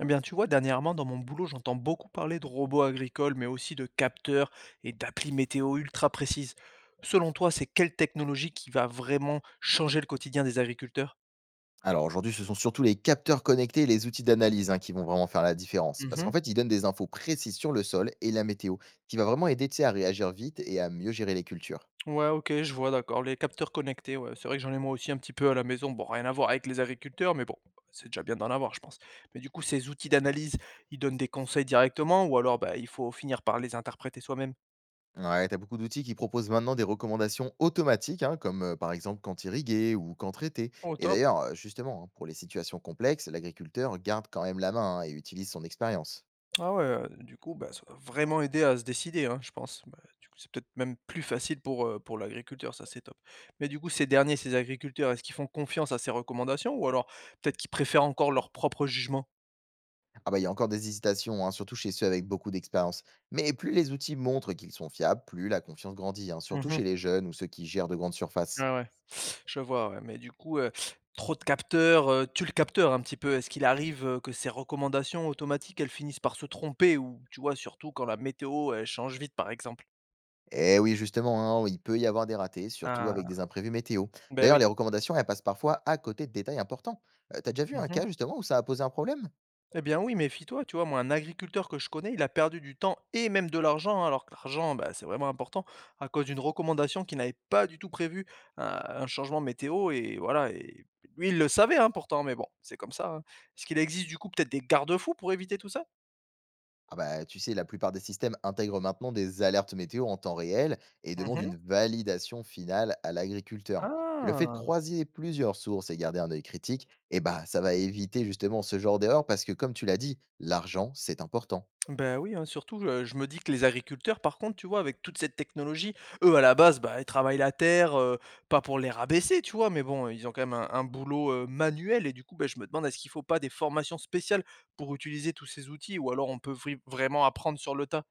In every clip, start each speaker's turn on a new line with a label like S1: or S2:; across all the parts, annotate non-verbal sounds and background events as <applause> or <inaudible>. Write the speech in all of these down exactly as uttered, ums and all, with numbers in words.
S1: Eh bien, tu vois, dernièrement, dans mon boulot, j'entends beaucoup parler de robots agricoles, mais aussi de capteurs et d'applis météo ultra précises. Selon toi, c'est quelle technologie qui va vraiment changer le quotidien des agriculteurs?
S2: Alors aujourd'hui, ce sont surtout les capteurs connectés et les outils d'analyse, hein, qui vont vraiment faire la différence. Parce qu'en
S1: Mhm.
S2: fait, ils donnent des infos précises sur le sol et la météo, qui va vraiment aider, tu sais, à réagir vite et à mieux gérer les cultures.
S1: Ouais, ok, je vois, d'accord. Les capteurs connectés, ouais, c'est vrai que j'en ai moi aussi un petit peu à la maison. Bon, rien à voir avec les agriculteurs, mais bon, c'est déjà bien d'en avoir, je pense. Mais du coup, ces outils d'analyse, ils donnent des conseils directement, ou alors bah, il faut finir par les interpréter soi-même.
S2: Ouais, t'as beaucoup d'outils qui proposent maintenant des recommandations automatiques, hein, comme euh, par exemple quand irriguer ou quand traiter.
S1: Oh,
S2: Et
S1: top.
S2: d'ailleurs, euh, justement, hein, pour les situations complexes, l'agriculteur garde quand même la main, hein, et utilise son expérience.
S1: Ah ouais, heu, du coup, bah, ça va vraiment aider à se décider, hein, je pense. Bah, du coup, c'est peut-être même plus facile pour, heu, pour l'agriculteur, ça, c'est top. Mais du coup, ces derniers, ces agriculteurs, est-ce qu'ils font confiance à ces recommandations ou alors peut-être qu'ils préfèrent encore leur propre jugement?
S2: Ah bah, il y a encore des hésitations, hein, surtout chez ceux avec beaucoup d'expérience. Mais plus les outils montrent qu'ils sont fiables, plus la confiance grandit, hein, surtout
S1: Mmh.
S2: chez les jeunes ou ceux qui gèrent de grandes surfaces.
S1: Ouais, ouais. Je vois, ouais, mais du coup, heu, trop de capteurs, heu, tue le capteur un petit peu. Est-ce qu'il arrive, heu, que ces recommandations automatiques, elles finissent par se tromper ou tu vois, surtout quand la météo, elle change vite, par exemple?
S2: Eh oui, justement, hein, il peut y avoir des ratés, surtout avec
S1: Ah,
S2: des imprévus météo.
S1: ben
S2: D'ailleurs,
S1: oui.
S2: les recommandations, elles passent parfois à côté de détails importants. Euh, T'as déjà vu un
S1: Mmh.
S2: cas justement où ça a posé un problème?
S1: Eh bien oui, méfie-toi, tu vois, moi, un agriculteur que je connais, il a perdu du temps et même de l'argent, hein, alors que l'argent, bah, c'est vraiment important, à cause d'une recommandation qu'il n'avait pas du tout prévue, un, un changement météo, et voilà, et lui, il le savait, hein, pourtant, mais bon, c'est comme ça, hein. Est-ce qu'il existe du coup peut-être des garde-fous pour éviter tout ça?
S2: Ah bah, tu sais, la plupart des systèmes intègrent maintenant des alertes météo en temps réel et demandent
S1: Mhm.
S2: une validation finale à l'agriculteur. Et le fait de
S1: Ah!
S2: croiser plusieurs sources et garder un œil critique, eh bah, ça va éviter justement ce genre d'erreur parce que, comme tu l'as dit, l'argent, c'est important.
S1: Ben oui, hein, surtout, heu, je me dis que les agriculteurs, par contre, tu vois, avec toute cette technologie, eux, à la base, bah, ils travaillent la terre, heu, pas pour les rabaisser, tu vois? Mais bon, ils ont quand même un un boulot, heu, manuel et du coup, ben, je me demande, est-ce qu'il faut pas des formations spéciales pour utiliser tous ces outils? Ou alors on peut vri vraiment apprendre sur le tas?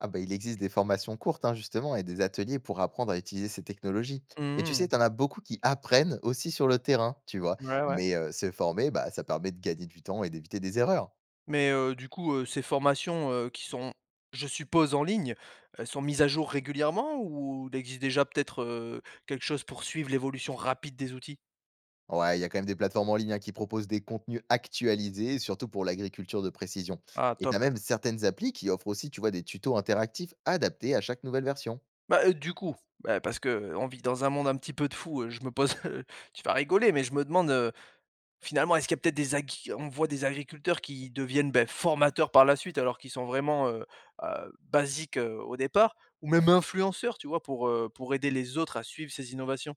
S2: Ah bah, il existe des formations courtes, hein, justement, et des ateliers pour apprendre à utiliser ces technologies. Et tu sais,
S1: Mmh.
S2: t'en as beaucoup qui apprennent aussi sur le terrain, tu vois.
S1: Ouais, ouais.
S2: Mais euh, se former, bah, ça permet de gagner du temps et d'éviter des erreurs.
S1: Mais, heu, du coup, heu, ces formations, heu, qui sont, je suppose, en ligne, elles sont mises à jour régulièrement ou il existe déjà peut-être, heu, quelque chose pour suivre l'évolution rapide des outils?
S2: Ouais, il y a quand même des plateformes en ligne, hein, qui proposent des contenus actualisés, surtout pour l'agriculture de précision.
S1: Ah,
S2: Et tu
S1: top.
S2: as même certaines applis qui offrent aussi, tu vois, des tutos interactifs adaptés à chaque nouvelle version.
S1: Bah, heu, du coup, bah, parce qu'on vit dans un monde un petit peu de fous, heu, je me pose, <laughs> heu, tu vas rigoler, mais je me demande, heu, finalement, est-ce qu'il y a peut-être des agri on voit des agriculteurs qui deviennent, beh, formateurs par la suite alors qu'ils sont vraiment, heu heu, basiques, heu, au départ ou même influenceurs, tu vois? Pour, heu, pour aider les autres à suivre ces innovations.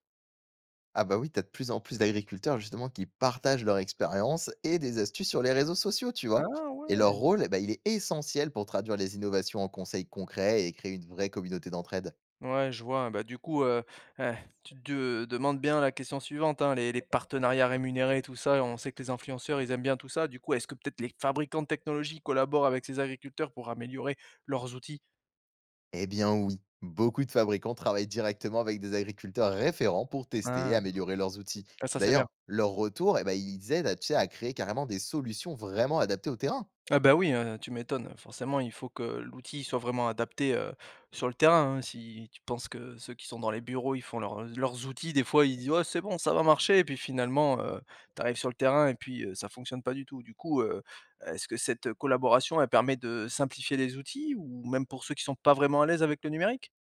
S2: Ah bah oui, tu as de plus en plus d'agriculteurs justement qui partagent leur expérience et des astuces sur les réseaux sociaux, tu vois.
S1: Ah
S2: Et leur
S1: ouais!
S2: rôle, eh ben, il est essentiel pour traduire les innovations en conseils concrets et créer une vraie communauté d'entraide.
S1: Ouais, je vois. Bah, du coup, heu, heu, tu te demandes bien la question suivante, hein, les les partenariats rémunérés, tout ça, on sait que les influenceurs, ils aiment bien tout ça. Du coup, est-ce que peut-être les fabricants de technologie collaborent avec ces agriculteurs pour améliorer leurs outils?
S2: Eh bien oui, beaucoup de fabricants travaillent directement avec des agriculteurs référents pour tester et
S1: Ah.
S2: améliorer leurs outils.
S1: Ah, ça, c'est bien.
S2: D'ailleurs, leur retour, eh ben, ils aident à, tu sais, à créer carrément des solutions vraiment adaptées au terrain.
S1: Ah bah oui, heu, tu m'étonnes. Forcément, il faut que l'outil soit vraiment adapté, heu, sur le terrain, hein. Si tu penses que ceux qui sont dans les bureaux, ils font leurs leurs outils, des fois, ils disent: «Ouais, c'est bon, ça va marcher» et puis finalement, heu, tu arrives sur le terrain et puis, heu, ça fonctionne pas du tout. Du coup, heu, est-ce que cette collaboration, elle permet de simplifier les outils ou même pour ceux qui sont pas vraiment à l'aise avec le numérique?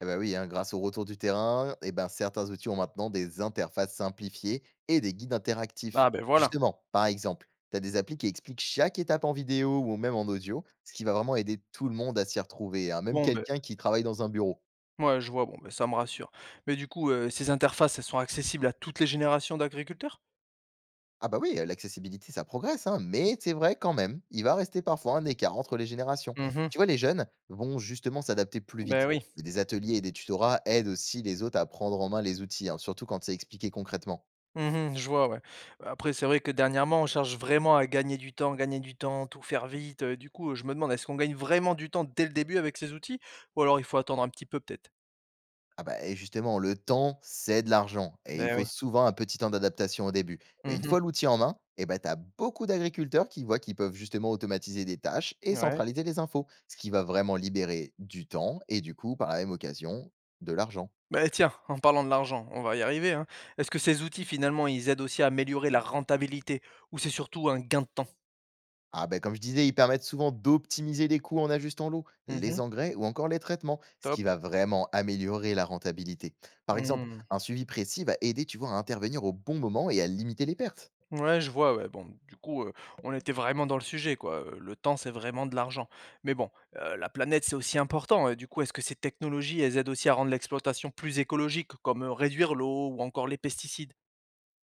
S2: Eh ben oui, hein, grâce au retour du terrain, eh ben, certains outils ont maintenant des interfaces simplifiées et des guides interactifs.
S1: Ah ben voilà.
S2: Justement, par exemple, tu as des applis qui expliquent chaque étape en vidéo ou même en audio, ce qui va vraiment aider tout le monde à s'y retrouver, hein, même
S1: Bon ben
S2: quelqu'un qui travaille dans un bureau.
S1: moi je vois, bon ben ça me rassure. Mais du coup, heu, ces interfaces, elles sont accessibles à toutes les générations d'agriculteurs?
S2: Ah bah oui, heu, l'accessibilité ça progresse, hein, mais c'est vrai quand même, il va rester parfois un écart entre les générations.
S1: Mmh mh.
S2: Tu vois, les jeunes vont justement s'adapter plus vite.
S1: Oui.
S2: Mais des ateliers et des tutorats aident aussi les autres à prendre en main les outils, hein, surtout quand c'est expliqué concrètement.
S1: Mmh, je vois, ouais. Après, c'est vrai que dernièrement, on cherche vraiment à gagner du temps, gagner du temps, tout faire vite, heu, du coup, je me demande, est-ce qu'on gagne vraiment du temps dès le début avec ces outils? Ou alors il faut attendre un petit peu peut-être?
S2: Ah bah et justement, le temps, c'est de l'argent et il
S1: Beh,
S2: faut
S1: oui.
S2: souvent un petit temps d'adaptation au début. Mais une
S1: Mmh,
S2: fois l'outil en main, eh ben, t'as beaucoup d'agriculteurs qui voient qu'ils peuvent justement automatiser des tâches et
S1: ouais.
S2: centraliser les infos, ce qui va vraiment libérer du temps et du coup, par la même occasion, de l'argent.
S1: Bah, tiens, en parlant de l'argent, on va y arriver, hein. Est-ce que ces outils, finalement, ils aident aussi à améliorer la rentabilité? Ou c'est surtout un gain de temps?
S2: Ah ben comme je disais, ils permettent souvent d'optimiser les coûts en ajustant l'eau,
S1: Mmh,
S2: les engrais ou encore les traitements, ce qui
S1: top.
S2: va vraiment améliorer la rentabilité. Par exemple,
S1: Mmh.
S2: un suivi précis va aider, tu vois, à intervenir au bon moment et à limiter les pertes.
S1: Ouais, je vois, ouais, bon, du coup, heu, on était vraiment dans le sujet, quoi, heu, le temps, c'est vraiment de l'argent. Mais bon, heu, la planète, c'est aussi important et du coup, est-ce que ces technologies, elles aident aussi à rendre l'exploitation plus écologique, comme, heu, réduire l'eau ou encore les pesticides?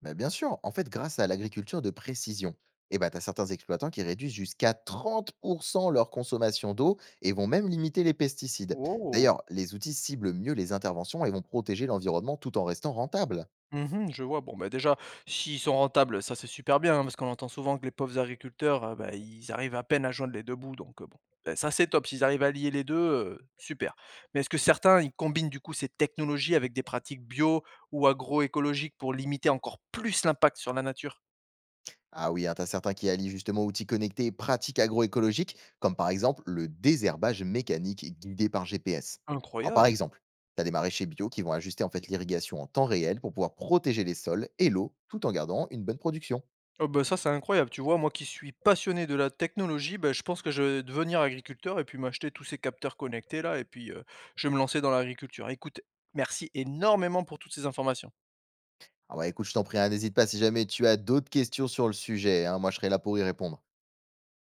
S2: Mais bien sûr, en fait, grâce à l'agriculture de précision, eh ben, tu as certains exploitants qui réduisent jusqu'à trente pour cent leur consommation d'eau et vont même limiter les pesticides.
S1: Oh!
S2: D'ailleurs, les outils ciblent mieux les interventions et vont protéger l'environnement tout en restant rentables.
S1: Mmh, je vois. Bon, bah, déjà, s'ils sont rentables, ça, c'est super bien, hein, parce qu'on entend souvent que les pauvres agriculteurs, heu, bah, ils arrivent à peine à joindre les deux bouts donc heu, bon, bah, ça, c'est top. S'ils arrivent à lier les deux, heu, super. Mais est-ce que certains, ils combinent, du coup, ces technologies avec des pratiques bio ou agroécologiques pour limiter encore plus l'impact sur la nature?
S2: Ah oui, hein, t'as certains qui allient justement outils connectés et pratiques agroécologiques, comme par exemple le désherbage mécanique guidé par G P S. Alors par
S1: Incroyable!
S2: exemple, t'as des maraîchers bio qui vont ajuster en fait l'irrigation en temps réel pour pouvoir protéger les sols et l'eau tout en gardant une bonne production.
S1: Oh bah, ça, c'est incroyable, tu vois? Moi qui suis passionné de la technologie, bah, je pense que je vais devenir agriculteur et puis m'acheter tous ces capteurs connectés là et puis, heu, je vais me lancer dans l'agriculture. Écoute, merci énormément pour toutes ces informations.
S2: Ah bah écoute, je t'en prie, hein, n'hésite pas si jamais tu as d'autres questions sur le sujet, hein, moi je serai là pour y répondre.